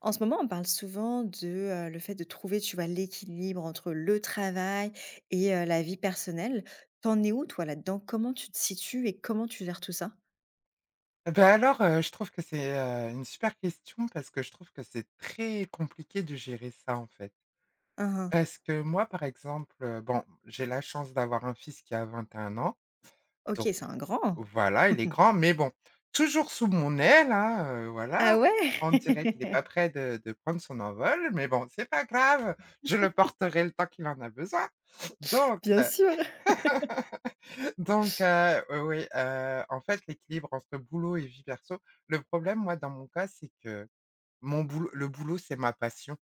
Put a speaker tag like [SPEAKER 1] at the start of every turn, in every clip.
[SPEAKER 1] En ce moment, on parle souvent de, le fait de trouver, tu vois, l'équilibre entre le travail et la vie personnelle. T'en es où toi là-dedans? Comment tu te situes et comment tu gères tout ça?
[SPEAKER 2] Bah, alors, je trouve que c'est, une super question parce que je trouve que c'est très compliqué de gérer ça, en fait.
[SPEAKER 1] Hein, hein.
[SPEAKER 2] Parce que moi, par exemple, bon, j'ai la chance d'avoir un fils qui a 21 ans,
[SPEAKER 1] OK,
[SPEAKER 2] donc
[SPEAKER 1] c'est un grand.
[SPEAKER 2] voilà, il est grand, mais bon, toujours sous mon aile, hein,
[SPEAKER 1] Ah
[SPEAKER 2] voilà. On
[SPEAKER 1] ouais?
[SPEAKER 2] dirait qu'il est pas prêt de prendre son envol, mais bon, c'est pas grave, je le porterai le temps qu'il en a besoin. Donc
[SPEAKER 1] Bien
[SPEAKER 2] heu,
[SPEAKER 1] sûr.
[SPEAKER 2] donc oui, oui, en fait, l'équilibre entre boulot et vie perso, le problème, moi, dans mon cas, c'est que Mon boulot le boulot, c'est ma passion.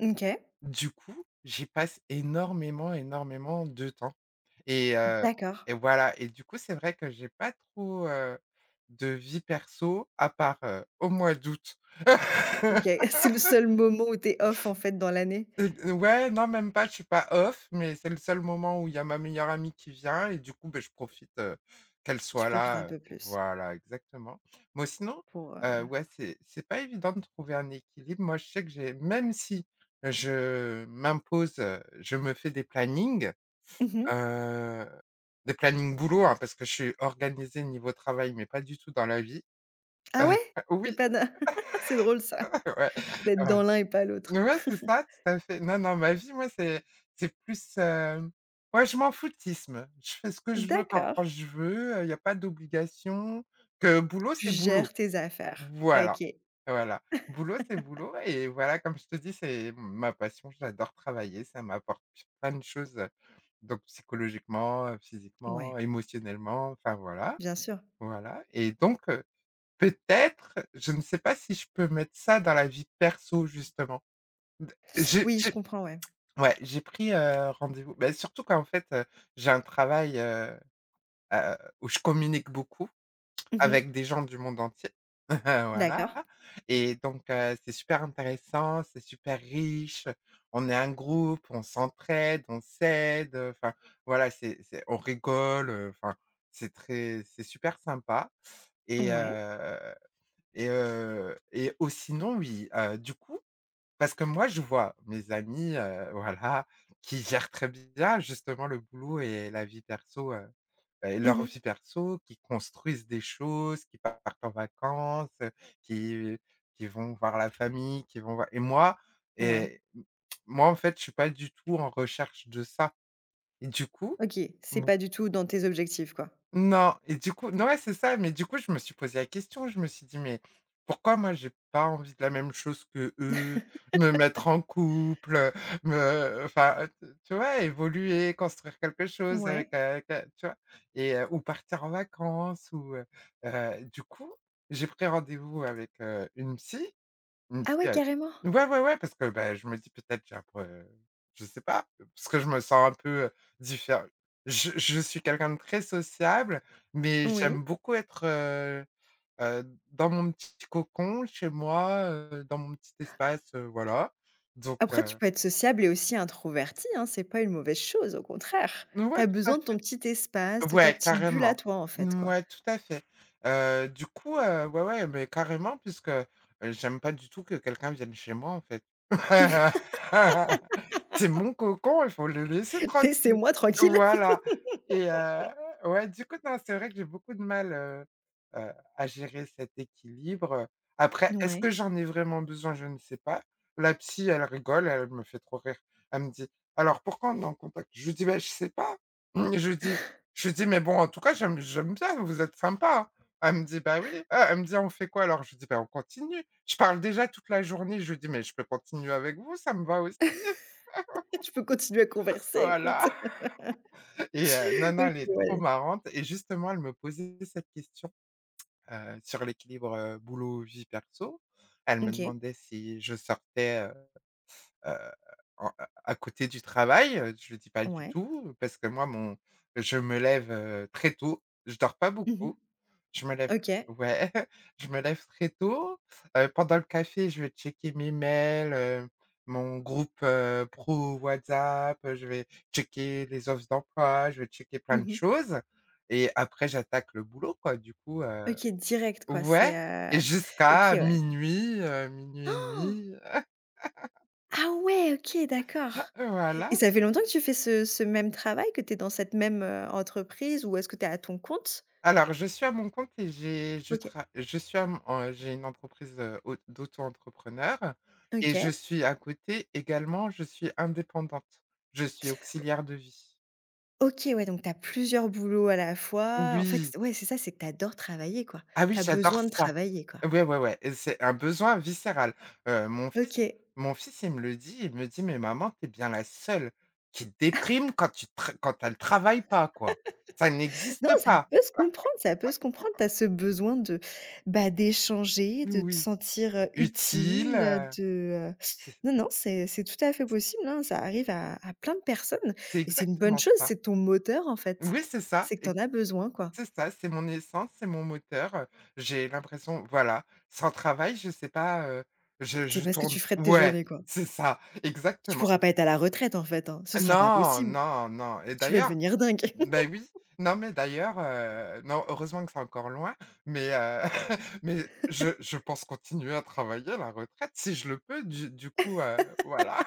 [SPEAKER 1] OK.
[SPEAKER 2] Du coup, j'y passe énormément, énormément de temps et heu
[SPEAKER 1] D'accord.
[SPEAKER 2] et voilà et du coup, c'est vrai que j'ai pas trop, de vie perso à part, au mois d'août.
[SPEAKER 1] OK. C'est le seul moment où t'es off en fait dans l'année?
[SPEAKER 2] D Ouais, non, même pas, je suis pas off, mais c'est le seul moment où il y a ma meilleure amie qui vient et du coup, beh, je profite, qu'elle
[SPEAKER 1] Tu
[SPEAKER 2] soit
[SPEAKER 1] profites un
[SPEAKER 2] là,
[SPEAKER 1] peu plus
[SPEAKER 2] voilà, exactement. Moi, sinon,
[SPEAKER 1] pour,
[SPEAKER 2] ouais, c'est pas évident de trouver un équilibre. Moi, je sais que j'ai même si je m'impose, je me fais
[SPEAKER 1] mmh.
[SPEAKER 2] heu, des plannings boulot, hein, parce que je suis organisée niveau travail, mais pas du tout dans la vie.
[SPEAKER 1] Ah
[SPEAKER 2] Heu,
[SPEAKER 1] ouais? C'est
[SPEAKER 2] Oui,
[SPEAKER 1] pas dans c'est drôle ça,
[SPEAKER 2] ouais,
[SPEAKER 1] d'être
[SPEAKER 2] voilà.
[SPEAKER 1] dans l'un et pas l'autre.
[SPEAKER 2] Ouais, c'est ça, tout à fait. Non, non, ma vie, moi, c'est plus, ouais, je m'en foutisme. Je fais ce que je veux quand
[SPEAKER 1] D'accord.
[SPEAKER 2] je veux, il y a pas d'obligation, que boulot,
[SPEAKER 1] Tu
[SPEAKER 2] c'est boulot.
[SPEAKER 1] gères tes affaires.
[SPEAKER 2] Voilà,
[SPEAKER 1] OK.
[SPEAKER 2] voilà. Boulot, c'est boulot et voilà, comme je te dis, c'est ma passion, j'adore travailler, ça m'apporte plein de choses, donc psychologiquement,
[SPEAKER 1] Ouais,
[SPEAKER 2] physiquement, émotionnellement, enfin voilà,
[SPEAKER 1] bien sûr.
[SPEAKER 2] voilà et peut-être, je ne sais pas si je peux mettre ça dans la vie perso justement.
[SPEAKER 1] Oui, je
[SPEAKER 2] J'ai
[SPEAKER 1] comprends, ouais.
[SPEAKER 2] Ouais, j'ai pris, rendez-vous, bah, surtout qu'en fait, j'ai un travail, où je communique beaucoup
[SPEAKER 1] Mmh.
[SPEAKER 2] avec des gens du monde entier.
[SPEAKER 1] D'accord.
[SPEAKER 2] Voilà et c'est super intéressant, c'est super riche, on est un groupe, on s'entraide, on s'aide, enfin voilà, c'est on rigole, enfin c'est super sympa et
[SPEAKER 1] Ouais.
[SPEAKER 2] heu et au sinon oui, du coup parce que moi, je vois mes amis, voilà, qui gèrent très bien justement le boulot et la vie perso, et leur
[SPEAKER 1] Mmh.
[SPEAKER 2] vie perso, qui construisent des choses, qui partent en vacances, qui qui vont voir la famille, qui vont voir et moi
[SPEAKER 1] Ouais.
[SPEAKER 2] et moi, en fait, je suis pas du tout en recherche de ça et du coup,
[SPEAKER 1] OK, c'est pas du tout dans tes objectifs, quoi?
[SPEAKER 2] non et du coup non, ouais, c'est ça, mais du coup, je me suis posé la question, je me suis dit: «Mais pourquoi moi j'ai pas envie de la même chose que eux. Me mettre en couple, me» enfin, tu vois? Évoluer, construire quelque chose avec,
[SPEAKER 1] Ouais.
[SPEAKER 2] que tu vois? Et ou partir en vacances ou du coup, j'ai pris rendez-vous avec, une psy, une
[SPEAKER 1] Ah
[SPEAKER 2] petite,
[SPEAKER 1] ouais,
[SPEAKER 2] heu
[SPEAKER 1] carrément?
[SPEAKER 2] ouais, ouais, ouais, parce que, bah, je me dis peut-être j'ai un pro je sais pas, parce que je me sens un peu, diffère je suis quelqu'un de très sociable, mais
[SPEAKER 1] Oui.
[SPEAKER 2] j'aime beaucoup être, heu, dans mon petit cocon chez moi, dans mon petit espace, voilà, donc
[SPEAKER 1] Après, tu
[SPEAKER 2] heu,
[SPEAKER 1] peux être sociable et aussi introverti, hein, c'est pas une mauvaise chose, au contraire.
[SPEAKER 2] ouais,
[SPEAKER 1] T'as
[SPEAKER 2] tout à
[SPEAKER 1] besoin de ton
[SPEAKER 2] fait.
[SPEAKER 1] petit espace, de ta
[SPEAKER 2] Ouais,
[SPEAKER 1] petite bulle à
[SPEAKER 2] carrément.
[SPEAKER 1] toi, en fait,
[SPEAKER 2] Mm,
[SPEAKER 1] quoi.
[SPEAKER 2] ouais, tout à fait. Du coup, ouais, ouais, mais carrément puisque, j'aime pas du tout que quelqu'un vienne chez moi, en fait. C'est mon cocon, il faut le laisser tranquille.
[SPEAKER 1] Laissez-moi tranquille.
[SPEAKER 2] Voilà et ouais, du coup, non, c'est vrai que j'ai beaucoup de mal, à gérer cet équilibre. Après, est-ce que
[SPEAKER 1] Ouais.
[SPEAKER 2] j'en ai vraiment besoin? Je ne sais pas. La psy, elle rigole, elle me fait trop rire. Elle me dit: «Alors pourquoi on est en contact?» Je lui dis: ben, je sais pas». Je lui dis je lui dis: «Mais bon, en tout cas, j'aime bien, vous êtes sympa, hein». Elle me dit: «Bah, oui». Ah, elle me dit: «On fait quoi alors?» Je lui dis: «Bah, on continue». Je parle déjà toute la journée, je lui dis: «Mais je peux continuer avec vous, ça me va aussi».
[SPEAKER 1] Je peux continuer à converser, écoute.
[SPEAKER 2] Voilà et non, non,
[SPEAKER 1] OK,
[SPEAKER 2] elle est trop
[SPEAKER 1] ouais.
[SPEAKER 2] marrante et justement, elle me posait cette question, sur l'équilibre, boulot-vie perso. Elle me
[SPEAKER 1] OK.
[SPEAKER 2] demandait si je sortais, heu, en à côté du travail, je lui dis: «Pas du
[SPEAKER 1] Ouais.
[SPEAKER 2] tout» parce que moi, mon je me lève, très tôt, je dors pas
[SPEAKER 1] Mmh.
[SPEAKER 2] beaucoup. Je me lève
[SPEAKER 1] OK.
[SPEAKER 2] Ouais, je me lève très tôt. Pendant le café, je vais checker mes mails, mon groupe, pro WhatsApp, je vais checker les offres d'emploi, je vais checker plein de
[SPEAKER 1] Mmh.
[SPEAKER 2] choses et après j'attaque le boulot, quoi, du coup,
[SPEAKER 1] OK, direct quoi, c'est,
[SPEAKER 2] ouais, et
[SPEAKER 1] OK,
[SPEAKER 2] jusqu'à
[SPEAKER 1] ouais.
[SPEAKER 2] 00:00, minuit et
[SPEAKER 1] Han!
[SPEAKER 2] demi,
[SPEAKER 1] Ah ouais, OK, d'accord et
[SPEAKER 2] voilà.
[SPEAKER 1] ça fait longtemps que tu fais ce même travail, que tu es dans cette même, entreprise ou est-ce que tu es à ton compte?
[SPEAKER 2] Alors, je suis à mon compte et
[SPEAKER 1] OK.
[SPEAKER 2] j'ai une entreprise, au d'auto-entrepreneur, et je
[SPEAKER 1] OK.
[SPEAKER 2] suis à côté également, je suis indépendante. Je suis auxiliaire de vie.
[SPEAKER 1] OK, ouais, donc tu as plusieurs boulots à la fois. En
[SPEAKER 2] Oui.
[SPEAKER 1] fait, ouais, c'est ça, c'est que tu adores travailler, quoi.
[SPEAKER 2] Ah
[SPEAKER 1] Tu
[SPEAKER 2] oui,
[SPEAKER 1] as
[SPEAKER 2] j'adore
[SPEAKER 1] besoin de
[SPEAKER 2] ça.
[SPEAKER 1] travailler, quoi.
[SPEAKER 2] Ouais, ouais, ouais, et c'est un besoin viscéral. Heu, mon fils
[SPEAKER 1] OK.
[SPEAKER 2] mon fils, il me le dit, il me dit: «Mais maman, t'es bien la seule qui déprime quand tu tra quand elle travaille pas, quoi. Ça
[SPEAKER 1] Non,
[SPEAKER 2] n'existe
[SPEAKER 1] ça
[SPEAKER 2] pas».
[SPEAKER 1] peut se comprendre, ça peut se comprendre. Tu as ce besoin de, bah, d'échanger, de te
[SPEAKER 2] Oui.
[SPEAKER 1] sentir,
[SPEAKER 2] Utile,
[SPEAKER 1] utile, de, heu
[SPEAKER 2] c'est
[SPEAKER 1] non, non, c'est tout à fait possible, hein. Ça arrive à plein de personnes
[SPEAKER 2] c'est
[SPEAKER 1] et c'est une bonne
[SPEAKER 2] exactement
[SPEAKER 1] chose,
[SPEAKER 2] ça.
[SPEAKER 1] c'est ton moteur, en fait.
[SPEAKER 2] Oui, c'est ça,
[SPEAKER 1] C'est que tu
[SPEAKER 2] et
[SPEAKER 1] en as besoin, quoi.
[SPEAKER 2] c'est ça, c'est mon essence, c'est mon moteur, j'ai l'impression, voilà, sans travail, je sais pas, je
[SPEAKER 1] C'est
[SPEAKER 2] je
[SPEAKER 1] pas ce que tu
[SPEAKER 2] tourne,
[SPEAKER 1] ferais de tes
[SPEAKER 2] ouais,
[SPEAKER 1] journées, quoi.
[SPEAKER 2] c'est ça,
[SPEAKER 1] Tu
[SPEAKER 2] exactement.
[SPEAKER 1] pourras pas être à la retraite, en fait, hein, ce sera pas
[SPEAKER 2] Non,
[SPEAKER 1] possible.
[SPEAKER 2] non, non, et
[SPEAKER 1] Tu vas
[SPEAKER 2] d'ailleurs
[SPEAKER 1] devenir dingue.
[SPEAKER 2] ben oui, non, mais d'ailleurs, non, heureusement que c'est encore loin, mais mais je pense continuer à travailler à la retraite si je le peux du coup, voilà.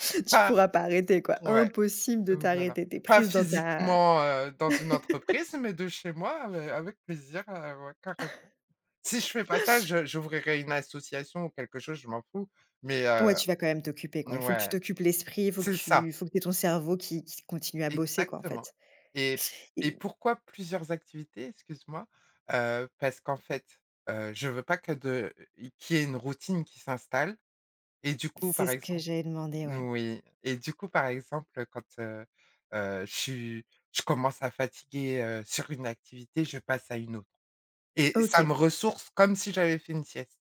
[SPEAKER 1] Tu pourras pas arrêter, quoi.
[SPEAKER 2] Ouais.
[SPEAKER 1] Impossible de
[SPEAKER 2] Voilà.
[SPEAKER 1] t'arrêter. T'es
[SPEAKER 2] Pas
[SPEAKER 1] prise dans ta.
[SPEAKER 2] physiquement, dans une entreprise, mais de chez moi avec plaisir, ouais, carrément. Si je fais pas ça, je j'ouvrirai une association ou quelque chose, je m'en fous, mais
[SPEAKER 1] Ouais, tu vas quand même t'occuper, quoi. Il faut que tu
[SPEAKER 2] ouais,
[SPEAKER 1] t'occupes l'esprit, il
[SPEAKER 2] c'est ça,
[SPEAKER 1] faut que tu ton cerveau qui continue à bosser, quoi, en
[SPEAKER 2] exactement.
[SPEAKER 1] fait.
[SPEAKER 2] Et
[SPEAKER 1] Et
[SPEAKER 2] pourquoi plusieurs activités? Excuse-moi, parce qu'en fait, je veux pas que de qu'il y ait une routine qui s'installe, et du coup,
[SPEAKER 1] c'est
[SPEAKER 2] par
[SPEAKER 1] ce que
[SPEAKER 2] exemple.
[SPEAKER 1] j'avais demandé, ouais.
[SPEAKER 2] Oui, et du coup, par exemple, quand, heu, je suis je commence à fatiguer, sur une activité, je passe à une autre et ça
[SPEAKER 1] OK.
[SPEAKER 2] me ressource comme si j'avais fait une sieste.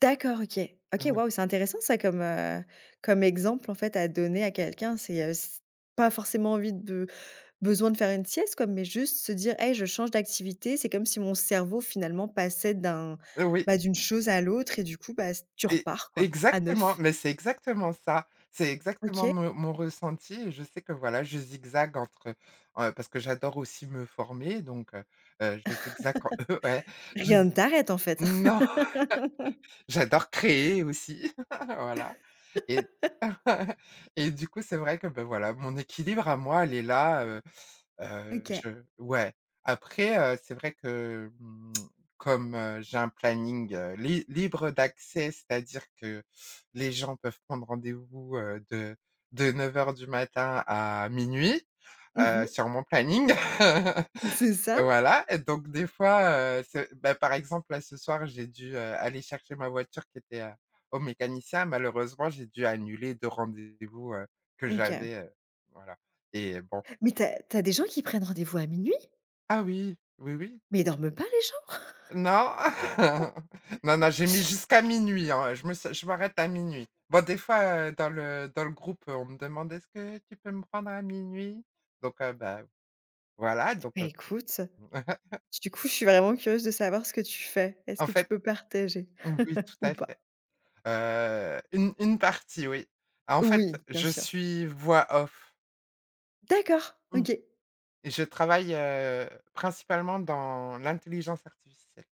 [SPEAKER 1] D'accord, OK. OK,
[SPEAKER 2] Oui.
[SPEAKER 1] waouh, c'est intéressant ça comme, comme exemple, en fait, à donner à quelqu'un. C'est, s pas forcément envie de besoin de faire une sieste, quoi, mais juste se dire: «Hey, je change d'activité». C'est comme si mon cerveau, finalement, passait d'un
[SPEAKER 2] Oui,
[SPEAKER 1] bah, d'une chose à l'autre et du coup, bah, tu
[SPEAKER 2] et
[SPEAKER 1] repars, quoi, à
[SPEAKER 2] exactement,
[SPEAKER 1] neuf.
[SPEAKER 2] mais c'est exactement ça. C'est exactement
[SPEAKER 1] OK.
[SPEAKER 2] mon ressenti, et je sais que, voilà, je zigzague entre, parce que j'adore aussi me former, je zigzague en ouais, je
[SPEAKER 1] Rien ne t'arrête, en fait.
[SPEAKER 2] non. J'adore créer aussi, voilà et et du coup, c'est vrai que, ben voilà, mon équilibre à moi, elle est là, je
[SPEAKER 1] OK.
[SPEAKER 2] ouais. Après, c'est vrai que, comme, j'ai un planning, li libre d'accès, c'est-à-dire que les gens peuvent prendre rendez-vous, de 9 heures du matin à minuit,
[SPEAKER 1] Mmh.
[SPEAKER 2] sur mon planning.
[SPEAKER 1] C'est ça?
[SPEAKER 2] Voilà, et donc des fois, c'est bah, par exemple, là, ce soir, j'ai dû, aller chercher ma voiture qui était, au mécanicien. Malheureusement, j'ai dû annuler 2 rendez-vous, que
[SPEAKER 1] OK.
[SPEAKER 2] j'avais, voilà. Et bon,
[SPEAKER 1] Mais tu as des gens qui prennent rendez-vous à minuit.
[SPEAKER 2] ah oui, oui, oui,
[SPEAKER 1] Mais ils dorment pas les gens?
[SPEAKER 2] non, non, non, j'ai mis jusqu'à minuit. Hein, je me suis je m'arrête à minuit. Bon, des fois, dans le groupe, on me demande: «Est-ce que tu peux me prendre à minuit. Bah, voilà,
[SPEAKER 1] Bah, écoute, du coup, je suis vraiment curieuse de savoir ce que tu fais. Est-ce
[SPEAKER 2] en
[SPEAKER 1] que tu
[SPEAKER 2] fait,
[SPEAKER 1] peux partager
[SPEAKER 2] oui, tout
[SPEAKER 1] ou
[SPEAKER 2] à fait.
[SPEAKER 1] pas?
[SPEAKER 2] Une partie, oui. Ah, en fait,
[SPEAKER 1] Oui, bien
[SPEAKER 2] je
[SPEAKER 1] sûr.
[SPEAKER 2] suis voix off.
[SPEAKER 1] D'accord,
[SPEAKER 2] Mmh.
[SPEAKER 1] OK.
[SPEAKER 2] Et je travaille, principalement dans l'intelligence artificielle.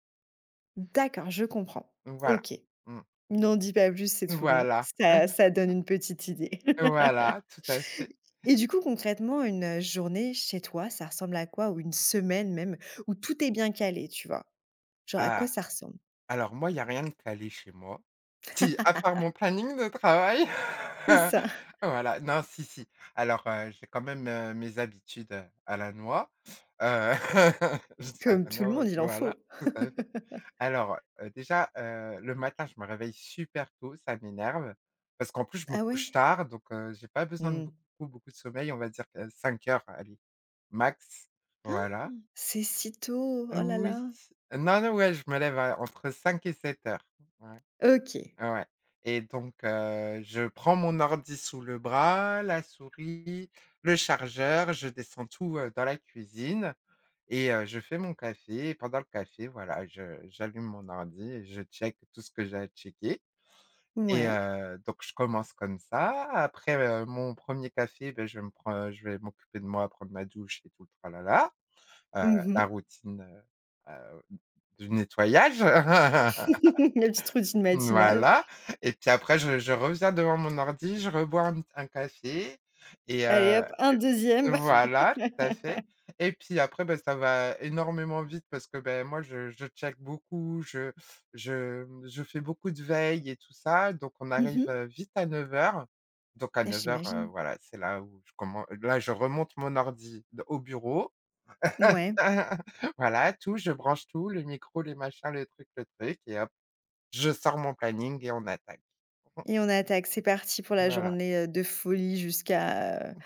[SPEAKER 1] D'accord, je comprends.
[SPEAKER 2] Voilà.
[SPEAKER 1] OK.
[SPEAKER 2] Mmh.
[SPEAKER 1] N'en dis pas plus, c'est tout bon.
[SPEAKER 2] Voilà.
[SPEAKER 1] Ça ça donne une petite idée.
[SPEAKER 2] Voilà, tout à fait.
[SPEAKER 1] Et du coup, concrètement, une, journée chez toi, ça ressemble à quoi? Ou une semaine même, où tout est bien calé, tu vois? Genre à quoi
[SPEAKER 2] Ah,
[SPEAKER 1] ça ressemble?
[SPEAKER 2] alors moi, il y a rien de calé chez moi. Si, à part mon planning de travail.
[SPEAKER 1] C'est ça.
[SPEAKER 2] Voilà. Non, si, si. Alors, j'ai quand même, mes habitudes, à la noix. Heu, je dis à
[SPEAKER 1] Comme
[SPEAKER 2] la
[SPEAKER 1] tout le
[SPEAKER 2] noix,
[SPEAKER 1] monde, il en
[SPEAKER 2] voilà,
[SPEAKER 1] faut.
[SPEAKER 2] tout à Alors, déjà, le matin, je me réveille super tôt, ça m'énerve. Parce qu'en plus, je me
[SPEAKER 1] Ah
[SPEAKER 2] couche
[SPEAKER 1] ouais?
[SPEAKER 2] tard, j'ai pas besoin de
[SPEAKER 1] Mmh.
[SPEAKER 2] beaucoup, beaucoup de sommeil. On va dire que 5 heures, allez, max.
[SPEAKER 1] Han!
[SPEAKER 2] Voilà.
[SPEAKER 1] C'est si tôt? Oh là
[SPEAKER 2] Oui.
[SPEAKER 1] là.
[SPEAKER 2] Non, non, ouais, je me lève à entre 5 et 7 heures. Ouais,
[SPEAKER 1] OK.
[SPEAKER 2] ouais, et je prends mon ordi sous le bras, la souris, le chargeur, je descends tout, dans la cuisine. Et je fais mon café et pendant le café, voilà, je j'allume mon ordi et je check tout ce que j'ai à checker et
[SPEAKER 1] Ouais.
[SPEAKER 2] heu, donc je commence comme ça. Après, mon premier café, beh, je vais m'occuper de moi, prendre ma douche et tout le tralala, heu,
[SPEAKER 1] Mmh
[SPEAKER 2] la
[SPEAKER 1] mh.
[SPEAKER 2] routine, heu, du nettoyage.
[SPEAKER 1] La petite routine matinale.
[SPEAKER 2] Voilà. Et puis après je reviens devant mon ordi, je rebois un café et
[SPEAKER 1] Allez
[SPEAKER 2] heu,
[SPEAKER 1] hop, un deuxième.
[SPEAKER 2] voilà, tout à fait. Et puis après, ben ça va énormément vite parce que, ben moi je check beaucoup, je fais beaucoup de veille et tout ça, donc on
[SPEAKER 1] Mmh
[SPEAKER 2] arrive,
[SPEAKER 1] mh.
[SPEAKER 2] vite à neuf heures, donc à
[SPEAKER 1] Ah,
[SPEAKER 2] 9h00,
[SPEAKER 1] j'imagine.
[SPEAKER 2] voilà, c'est là où je commence, là je remonte mon ordi d au bureau.
[SPEAKER 1] Ouais
[SPEAKER 2] Voilà, tout, je branche tout, le micro, les machins, le truc et hop, je sors mon planning et on attaque. Mmh,
[SPEAKER 1] et on attaque. C'est parti pour la
[SPEAKER 2] voilà.
[SPEAKER 1] journée, de folie jusqu'à,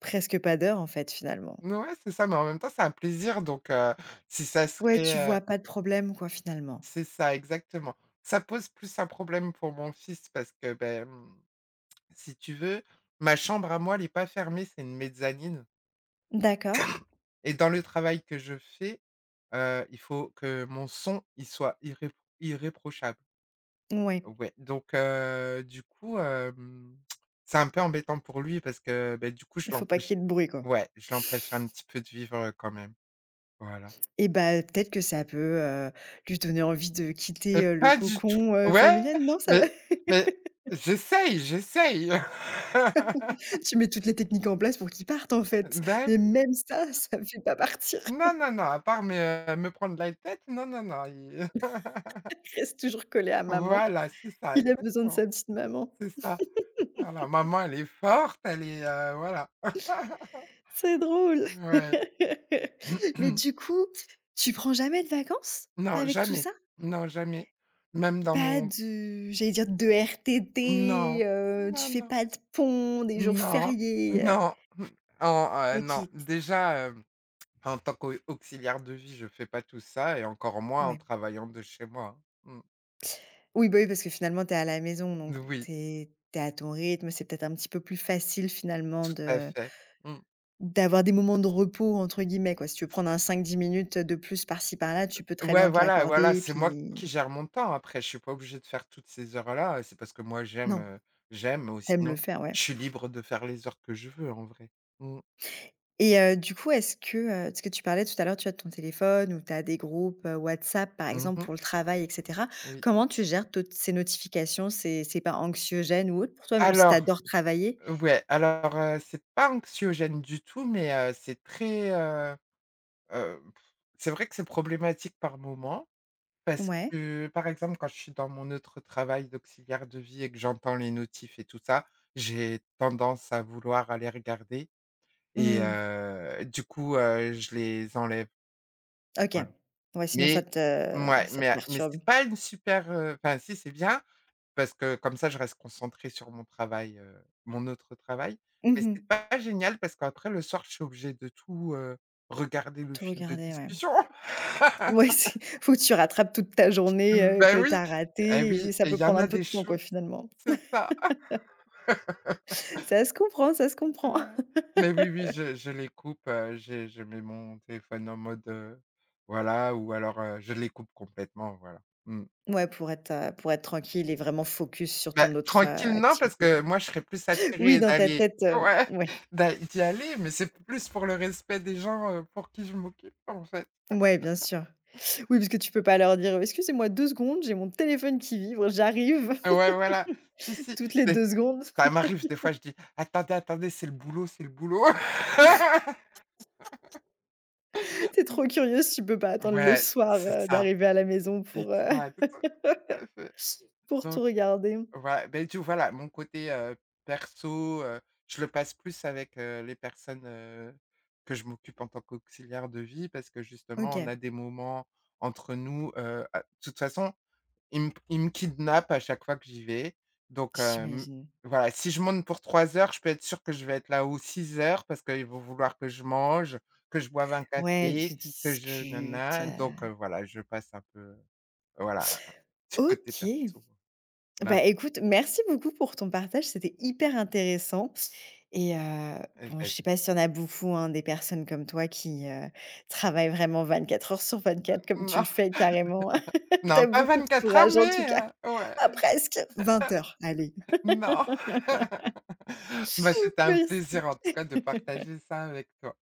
[SPEAKER 1] presque pas d'heure, en fait, finalement.
[SPEAKER 2] Ouais, c'est ça, mais en même temps, c'est un plaisir si ça
[SPEAKER 1] Ouais, tu
[SPEAKER 2] serait,
[SPEAKER 1] vois pas de problème, quoi, finalement.
[SPEAKER 2] c'est ça, exactement. Ça pose plus un problème pour mon fils parce que, beh, mmh, si tu veux, ma chambre à moi, elle est pas fermée, c'est une mezzanine
[SPEAKER 1] D'accord.
[SPEAKER 2] et dans le travail que je fais, il faut que mon son, il soit irréprochable.
[SPEAKER 1] Ouais.
[SPEAKER 2] Ouais, du coup, c'est un peu embêtant pour lui parce que, beh, du coup, je
[SPEAKER 1] Il faut pas
[SPEAKER 2] l'empêche
[SPEAKER 1] qu'il y ait de bruit, quoi.
[SPEAKER 2] ouais, je l'empêche un petit peu de vivre, quand même. Voilà.
[SPEAKER 1] Et bah, peut-être que ça peut, lui donner envie de
[SPEAKER 2] Mais
[SPEAKER 1] quitter, le
[SPEAKER 2] pas du tout.
[SPEAKER 1] cocon,
[SPEAKER 2] Ouais,
[SPEAKER 1] familial. Non, ça
[SPEAKER 2] mais mais j'essaye, j'essaye.
[SPEAKER 1] tu mets toutes les techniques en place pour qu'il parte, en fait.
[SPEAKER 2] Ben,
[SPEAKER 1] Mais même ça, ça le fait pas partir.
[SPEAKER 2] non, non, non, à part me prendre la tête, non, non, non, il
[SPEAKER 1] Il reste toujours collé à maman.
[SPEAKER 2] voilà, c'est ça,
[SPEAKER 1] Il a besoin de
[SPEAKER 2] exactement,
[SPEAKER 1] sa petite maman.
[SPEAKER 2] c'est ça. Voilà, maman, elle est forte, elle est, voilà.
[SPEAKER 1] C'est drôle.
[SPEAKER 2] Ouais.
[SPEAKER 1] Mais du coup, tu prends jamais de vacances
[SPEAKER 2] Non,
[SPEAKER 1] avec tout
[SPEAKER 2] jamais,
[SPEAKER 1] ça?
[SPEAKER 2] non, jamais. Même dans
[SPEAKER 1] Pas
[SPEAKER 2] mon
[SPEAKER 1] de, j'allais dire, de
[SPEAKER 2] non,
[SPEAKER 1] RTT, tu
[SPEAKER 2] non,
[SPEAKER 1] fais
[SPEAKER 2] non,
[SPEAKER 1] pas de ponts, des jours
[SPEAKER 2] non,
[SPEAKER 1] fériés,
[SPEAKER 2] non, oh, non,
[SPEAKER 1] OK,
[SPEAKER 2] déjà, en tant qu'auxiliaire de vie, je fais pas tout ça et encore moins en
[SPEAKER 1] ouais.
[SPEAKER 2] travaillant de chez moi, hein.
[SPEAKER 1] Oui, bah, oui, parce que finalement tu es à la maison, donc
[SPEAKER 2] Mmh. Oui,
[SPEAKER 1] tu es à ton rythme, c'est peut-être un petit peu plus facile finalement
[SPEAKER 2] tout à
[SPEAKER 1] de
[SPEAKER 2] fait. Mmh.
[SPEAKER 1] d'avoir des «moments de repos» entre guillemets quoi. Si tu veux prendre un cinq dix minutes de plus par-ci par-là, tu peux très
[SPEAKER 2] Ouais,
[SPEAKER 1] bien te
[SPEAKER 2] voilà, voilà,
[SPEAKER 1] l'accorder et
[SPEAKER 2] c'est moi
[SPEAKER 1] puis
[SPEAKER 2] qui gère mon temps. Après, je suis pas obligée de faire toutes ces heures-là, c'est parce que moi j'aime,
[SPEAKER 1] non,
[SPEAKER 2] j'aime, ou
[SPEAKER 1] t'aimes le
[SPEAKER 2] sinon
[SPEAKER 1] faire, ouais
[SPEAKER 2] je suis libre de faire les heures que je veux en vrai. Mmh.
[SPEAKER 1] et du coup, est-ce que, parce que tu parlais tout à l'heure, tu as ton téléphone ou tu as des groupes, WhatsApp par exemple
[SPEAKER 2] Mmh.
[SPEAKER 1] pour le travail et cetera.
[SPEAKER 2] Oui.
[SPEAKER 1] Comment tu gères toutes ces notifications? C'est pas anxiogène ou autre pour toi, même si tu
[SPEAKER 2] Alors
[SPEAKER 1] adores travailler?
[SPEAKER 2] ouais, c'est pas anxiogène du tout, mais, c'est très, heu, c'est vrai que c'est problématique par moment. Parce
[SPEAKER 1] Ouais.
[SPEAKER 2] que, par exemple, quand je suis dans mon autre travail d'auxiliaire de vie et que j'entends les notifs et tout ça, j'ai tendance à vouloir aller regarder,
[SPEAKER 1] Mmh.
[SPEAKER 2] du coup, je les enlève,
[SPEAKER 1] OK.
[SPEAKER 2] voilà.
[SPEAKER 1] Ouais, sinon
[SPEAKER 2] Mais mouais,
[SPEAKER 1] ça te
[SPEAKER 2] mais
[SPEAKER 1] perturbe.
[SPEAKER 2] c'est pas une super, enfin si, c'est bien parce que comme ça, je reste concentrée sur mon travail, mon autre travail,
[SPEAKER 1] Mmh
[SPEAKER 2] mais
[SPEAKER 1] mh.
[SPEAKER 2] c'est pas génial parce qu'après le soir, je suis obligée de tout, regarder le
[SPEAKER 1] Tout
[SPEAKER 2] fil de
[SPEAKER 1] regarder, ouais.
[SPEAKER 2] discussion.
[SPEAKER 1] Ouais, c'est faut que tu rattrapes toute ta journée,
[SPEAKER 2] Ben
[SPEAKER 1] que tu
[SPEAKER 2] oui,
[SPEAKER 1] as
[SPEAKER 2] eh
[SPEAKER 1] ratée
[SPEAKER 2] oui,
[SPEAKER 1] et ça
[SPEAKER 2] et il
[SPEAKER 1] peut
[SPEAKER 2] y en
[SPEAKER 1] prendre un
[SPEAKER 2] a
[SPEAKER 1] peu de
[SPEAKER 2] des
[SPEAKER 1] temps, quoi,
[SPEAKER 2] choses,
[SPEAKER 1] finalement.
[SPEAKER 2] c'est ça.
[SPEAKER 1] Ça se comprend, ça se comprend.
[SPEAKER 2] Mais oui, oui, je les coupe, j'ai je mets mon téléphone en mode, voilà, ou alors, je les coupe complètement, voilà. Mmh.
[SPEAKER 1] Ouais, pour être tranquille et vraiment focus sur
[SPEAKER 2] Bah,
[SPEAKER 1] ton autre,
[SPEAKER 2] tranquille, non, parce
[SPEAKER 1] activité, quoi.
[SPEAKER 2] que moi, je serais plus
[SPEAKER 1] Oui,
[SPEAKER 2] attirée
[SPEAKER 1] dans ta
[SPEAKER 2] d'aller
[SPEAKER 1] tête,
[SPEAKER 2] ouais,
[SPEAKER 1] ouais.
[SPEAKER 2] d'y aller, mais c'est plus pour le respect des gens, pour qui je m'occupe, en fait.
[SPEAKER 1] Ouais, bien sûr. Oui, parce que tu peux pas leur dire: «Excusez-moi 2 secondes, j'ai mon téléphone qui vibre, j'arrive»
[SPEAKER 2] Ouais, voilà. Si, si,
[SPEAKER 1] toutes les
[SPEAKER 2] mais
[SPEAKER 1] 2 secondes.
[SPEAKER 2] ça m'arrive des fois, je dis: «Attendez, attendez, c'est le boulot, c'est le boulot».
[SPEAKER 1] Tu es trop curieuse, tu peux pas attendre le
[SPEAKER 2] Ouais,
[SPEAKER 1] soir,
[SPEAKER 2] c'est ça,
[SPEAKER 1] d'arriver à la maison
[SPEAKER 2] exact, tout à fait.
[SPEAKER 1] pour tout
[SPEAKER 2] Donc
[SPEAKER 1] regarder.
[SPEAKER 2] voilà, ben tu voilà, mon côté, perso, je le passe plus avec, les personnes, que je m'occupe en tant qu'auxiliaire de vie parce que justement, on
[SPEAKER 1] OK,
[SPEAKER 2] a des moments entre nous, à de toute façon, ils me kidnappent à chaque fois que j'y vais. Donc hem,
[SPEAKER 1] j'imagine.
[SPEAKER 2] voilà, si je monte pour 3 heures, je peux être sûr que je vais être là ou 6 heures parce qu'ils vont vouloir que je mange, que je boive un
[SPEAKER 1] Ouais, tu
[SPEAKER 2] café, que je
[SPEAKER 1] discutes,
[SPEAKER 2] nana. Voilà, je passe un peu, voilà, un petit côté
[SPEAKER 1] OK.
[SPEAKER 2] perso là-bas.
[SPEAKER 1] Bah, écoute, merci beaucoup pour ton partage, c'était hyper intéressant et
[SPEAKER 2] Et
[SPEAKER 1] bon, je sais pas s'il y en a beaucoup, hein, des personnes comme toi qui, travaillent vraiment 24 heures sur 24 comme tu le
[SPEAKER 2] non.
[SPEAKER 1] fais carrément.
[SPEAKER 2] Non,
[SPEAKER 1] T'as
[SPEAKER 2] pas
[SPEAKER 1] beaucoup de
[SPEAKER 2] 24 heures,
[SPEAKER 1] courage en tout
[SPEAKER 2] mais
[SPEAKER 1] cas.
[SPEAKER 2] ouais,
[SPEAKER 1] Ah, presque 20 heures, allez.
[SPEAKER 2] non. Bah, c'était un
[SPEAKER 1] Merci.
[SPEAKER 2] plaisir en tout cas de partager ça avec toi.